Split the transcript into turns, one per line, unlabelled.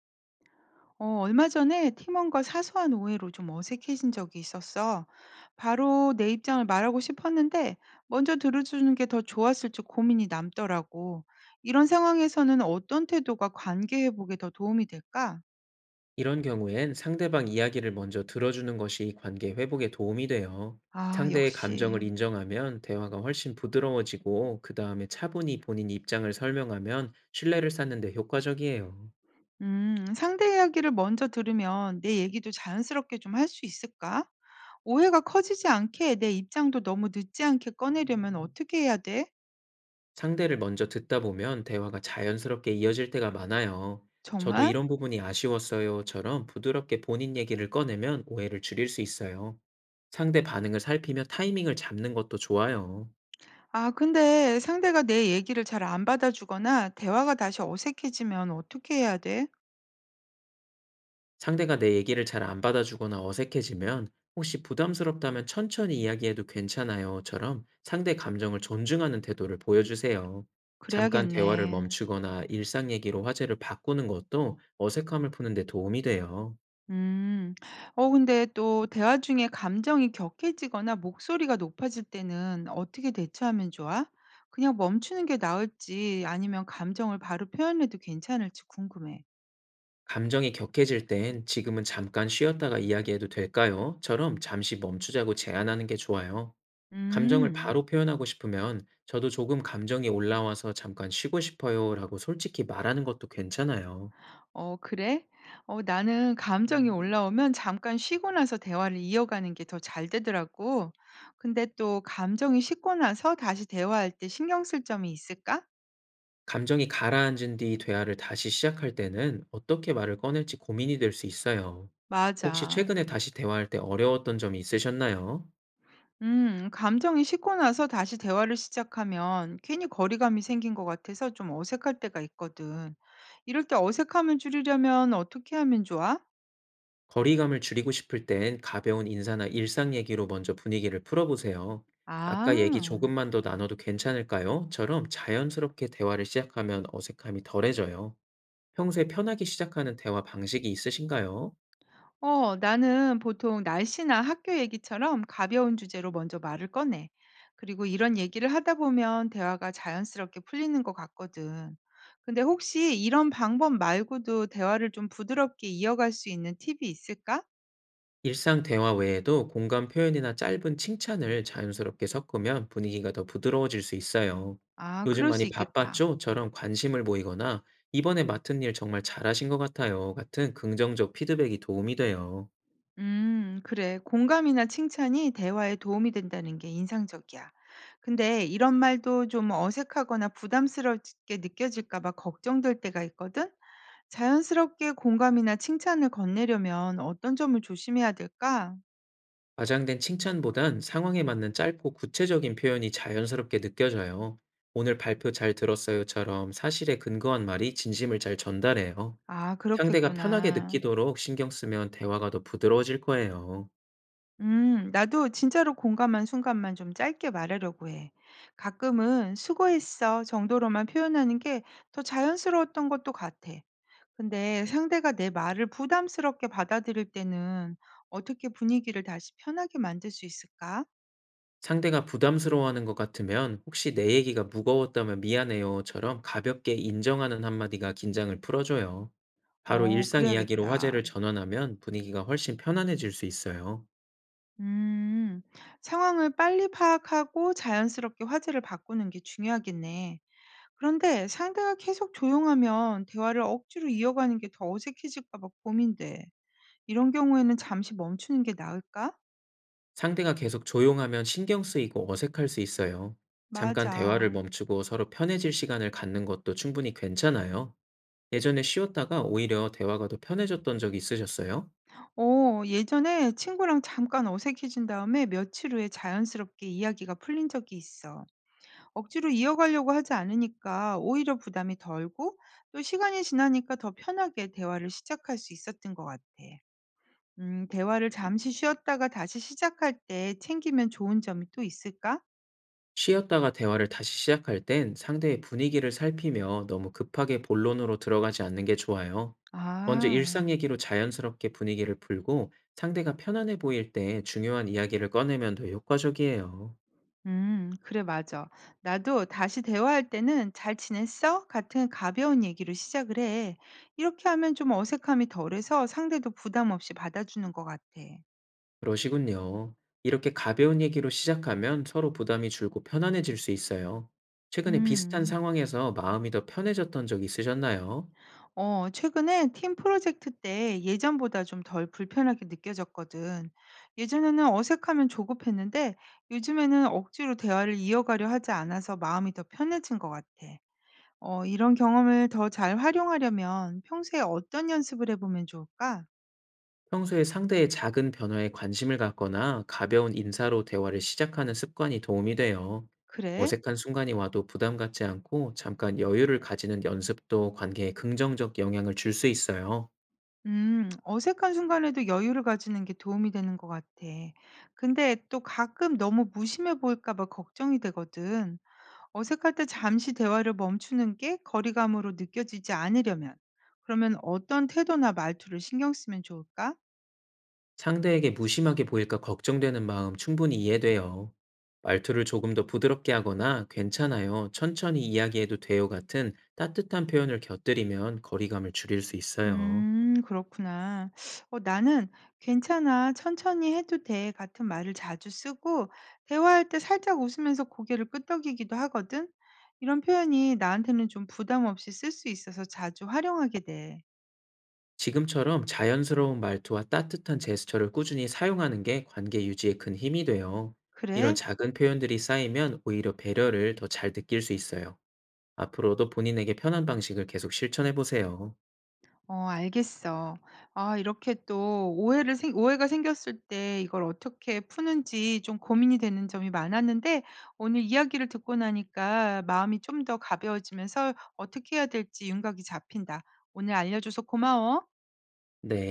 얼마 전에 팀원과 사소한 오해로 좀 어색해진 적이 있었어. 바로 내 입장을 말하고 싶었는데, 먼저 들어주는 게 더 좋았을지 고민이 남더라고. 이런 상황에서는 어떤 태도가 관계 회복에 더 도움이 될까?
이런 경우엔 상대방 이야기를 먼저 들어주는 것이 관계 회복에 도움이 돼요.
아,
상대의 감정을
역시.
인정하면 대화가 훨씬 부드러워지고, 그 다음에 차분히 본인 입장을 설명하면 신뢰를 쌓는 데 효과적이에요.
상대 이야기를 먼저 들으면 내 얘기도 자연스럽게 좀 할 수 있을까? 오해가 커지지 않게 내 입장도 너무 늦지 않게 꺼내려면 어떻게 해야 돼?
상대를 먼저 듣다 보면 대화가 자연스럽게 이어질 때가 많아요. 저도
정말?
이런 부분이 아쉬웠어요처럼 부드럽게 본인 얘기를 꺼내면 오해를 줄일 수 있어요. 상대 반응을 살피며 타이밍을 잡는 것도 좋아요.
아, 근데 상대가 내 얘기를 잘 안 받아주거나 대화가 다시 어색해지면 어떻게 해야 돼?
상대가 내 얘기를 잘 안 받아주거나 어색해지면 혹시 부담스럽다면 천천히 이야기해도 괜찮아요.처럼 상대 감정을 존중하는 태도를 보여주세요. 잠깐 대화를
그래야겠네.
멈추거나 일상 얘기로 화제를 바꾸는 것도 어색함을 푸는 데 도움이 돼요.
음. 근데 또 대화 중에 감정이 격해지거나 목소리가 높아질 때는 어떻게 대처하면 좋아? 그냥 멈추는 게 나을지 아니면 감정을 바로 표현해도 괜찮을지 궁금해.
감정이 격해질 땐 지금은 잠깐 쉬었다가 이야기해도 될까요? 처럼 잠시 멈추자고 제안하는 게 좋아요. 감정을
음.
바로 표현하고 싶으면 저도 조금 감정이 올라와서 잠깐 쉬고 싶어요 라고 솔직히 말하는 것도 괜찮아요.
어 그래? 나는 감정이 올라오면 잠깐 쉬고 나서 대화를 이어가는 게 더 잘 되더라고. 근데 또 감정이 식고 나서 다시 대화할 때 신경 쓸 점이 있을까?
감정이 가라앉은 뒤 대화를 다시 시작할 때는 어떻게 말을 꺼낼지 고민이 될 수 있어요. 혹시
맞아.
최근에 다시 대화할 때 어려웠던 점이 있으셨나요?
감정이 식고 나서 다시 대화를 시작하면 괜히 거리감이 생긴 것 같아서 좀 어색할 때가 있거든. 이럴 때 어색함을 줄이려면 어떻게 하면 좋아?
거리감을 줄이고 싶을 땐 가벼운 인사나 일상 얘기로 먼저 분위기를 풀어보세요. 아까 얘기
아.
조금만 더 나눠도 괜찮을까요? 처럼 자연스럽게 대화를 시작하면 어색함이 덜해져요. 평소에 편하게 시작하는 대화 방식이 있으신가요?
나는 보통 날씨나 학교 얘기처럼 가벼운 주제로 먼저 말을 꺼내. 그리고 이런 얘기를 하다 보면 대화가 자연스럽게 풀리는 것 같거든. 근데 혹시 이런 방법 말고도 대화를 좀 부드럽게 이어갈 수 있는 팁이 있을까?
일상 대화 외에도 공감 표현이나 짧은 칭찬을 자연스럽게 섞으면 분위기가 더 부드러워질 수 있어요.
아,
요즘
그럴 수
많이
있겠다.
바빴죠?처럼 관심을 보이거나 이번에 맡은 일 정말 잘하신 것 같아요. 같은 긍정적 피드백이 도움이 돼요.
그래. 공감이나 칭찬이 대화에 도움이 된다는 게 인상적이야. 근데 이런 말도 좀 어색하거나 부담스럽게 느껴질까 봐 걱정될 때가 있거든. 자연스럽게 공감이나 칭찬을 건네려면 어떤 점을 조심해야 될까?
과장된 칭찬보단 상황에 맞는 짧고 구체적인 표현이 자연스럽게 느껴져요. 오늘 발표 잘 들었어요.처럼 사실에 근거한 말이 진심을 잘 전달해요.
아,
상대가 편하게
그렇겠구나.
느끼도록 신경 쓰면 대화가 더 부드러워질 거예요.
나도 진짜로 공감한 순간만 좀 짧게 말하려고 해. 가끔은 수고했어 정도로만 표현하는 게 더 자연스러웠던 것도 같아. 근데 상대가 내 말을 부담스럽게 받아들일 때는 어떻게 분위기를 다시 편하게 만들 수 있을까?
상대가 부담스러워하는 것 같으면 혹시 내 얘기가 무거웠다면 미안해요처럼 가볍게 인정하는 한마디가 긴장을 풀어줘요. 바로 일상 이야기로
그래야겠다.
화제를 전환하면 분위기가 훨씬 편안해질 수 있어요.
음, 상황을 빨리 파악하고 자연스럽게 화제를 바꾸는 게 중요하겠네. 그런데 상대가 계속 조용하면 대화를 억지로 이어가는 게 더 어색해질까 봐 고민돼. 이런 경우에는 잠시 멈추는 게 나을까?
상대가 계속 조용하면 신경 쓰이고 어색할 수 있어요. 잠깐 대화를
맞아.
멈추고 서로 편해질 시간을 갖는 것도 충분히 괜찮아요. 예전에 쉬었다가 오히려 대화가 더 편해졌던 적이 있으셨어요?
예전에 친구랑 잠깐 어색해진 다음에 며칠 후에 자연스럽게 이야기가 풀린 적이 있어. 억지로 이어가려고 하지 않으니까 오히려 부담이 덜고 또 시간이 지나니까 더 편하게 대화를 시작할 수 있었던 것 같아. 대화를 잠시 쉬었다가 다시 시작할 때 챙기면 좋은 점이 또 있을까?
쉬었다가 대화를 다시 시작할 땐 상대의 분위기를 살피며 너무 급하게 본론으로 들어가지 않는 게 좋아요. 먼저
아,
일상 얘기로 자연스럽게 분위기를 풀고 상대가 편안해 보일 때 중요한 이야기를 꺼내면 더 효과적이에요.
그래, 맞아. 나도 다시 대화할 때는 잘 지냈어? 같은 가벼운 얘기로 시작을 해. 이렇게 하면 좀 어색함이 덜해서 상대도 부담 없이 받아주는 것 같아.
그러시군요. 이렇게 가벼운 얘기로 시작하면 서로 부담이 줄고 편안해질 수 있어요. 최근에 비슷한
음.
상황에서 마음이 더 편해졌던 적 있으셨나요?
최근에 팀 프로젝트 때 예전보다 좀 덜 불편하게 느껴졌거든. 예전에는 어색하면 조급했는데 요즘에는 억지로 대화를 이어가려 하지 않아서 마음이 더 편해진 것 같아. 이런 경험을 더 잘 활용하려면 평소에 어떤 연습을 해보면 좋을까?
평소에 상대의 작은 변화에 관심을 갖거나 가벼운 인사로 대화를 시작하는 습관이 도움이 돼요.
그래?
어색한 순간이 와도 부담 갖지 않고 잠깐 여유를 가지는 연습도 관계에 긍정적 영향을 줄 수 있어요.
어색한 순간에도 여유를 가지는 게 도움이 되는 것 같아. 근데 또 가끔 너무 무심해 보일까 봐 걱정이 되거든. 어색할 때 잠시 대화를 멈추는 게 거리감으로 느껴지지 않으려면, 그러면 어떤 태도나 말투를 신경 쓰면 좋을까?
상대에게 무심하게 보일까 걱정되는 마음 충분히 이해돼요. 말투를 조금 더 부드럽게 하거나 괜찮아요, 천천히 이야기해도 돼요 같은 따뜻한 표현을 곁들이면 거리감을 줄일 수 있어요.
그렇구나. 나는 괜찮아, 천천히 해도 돼 같은 말을 자주 쓰고, 대화할 때 살짝 웃으면서 고개를 끄덕이기도 하거든. 이런 표현이 나한테는 좀 부담 없이 쓸 수 있어서 자주 활용하게 돼.
지금처럼 자연스러운 말투와 따뜻한 제스처를 꾸준히 사용하는 게 관계 유지에 큰 힘이 돼요. 이런
그래?
작은 표현들이 쌓이면 오히려 배려를 더 잘 느낄 수 있어요. 앞으로도 본인에게 편한 방식을 계속 실천해 보세요.
어 알겠어. 아 이렇게 또 오해를 생 오해가 생겼을 때 이걸 어떻게 푸는지 좀 고민이 되는 점이 많았는데 오늘 이야기를 듣고 나니까 마음이 좀 더 가벼워지면서 어떻게 해야 될지 윤곽이 잡힌다. 오늘 알려줘서 고마워.
네.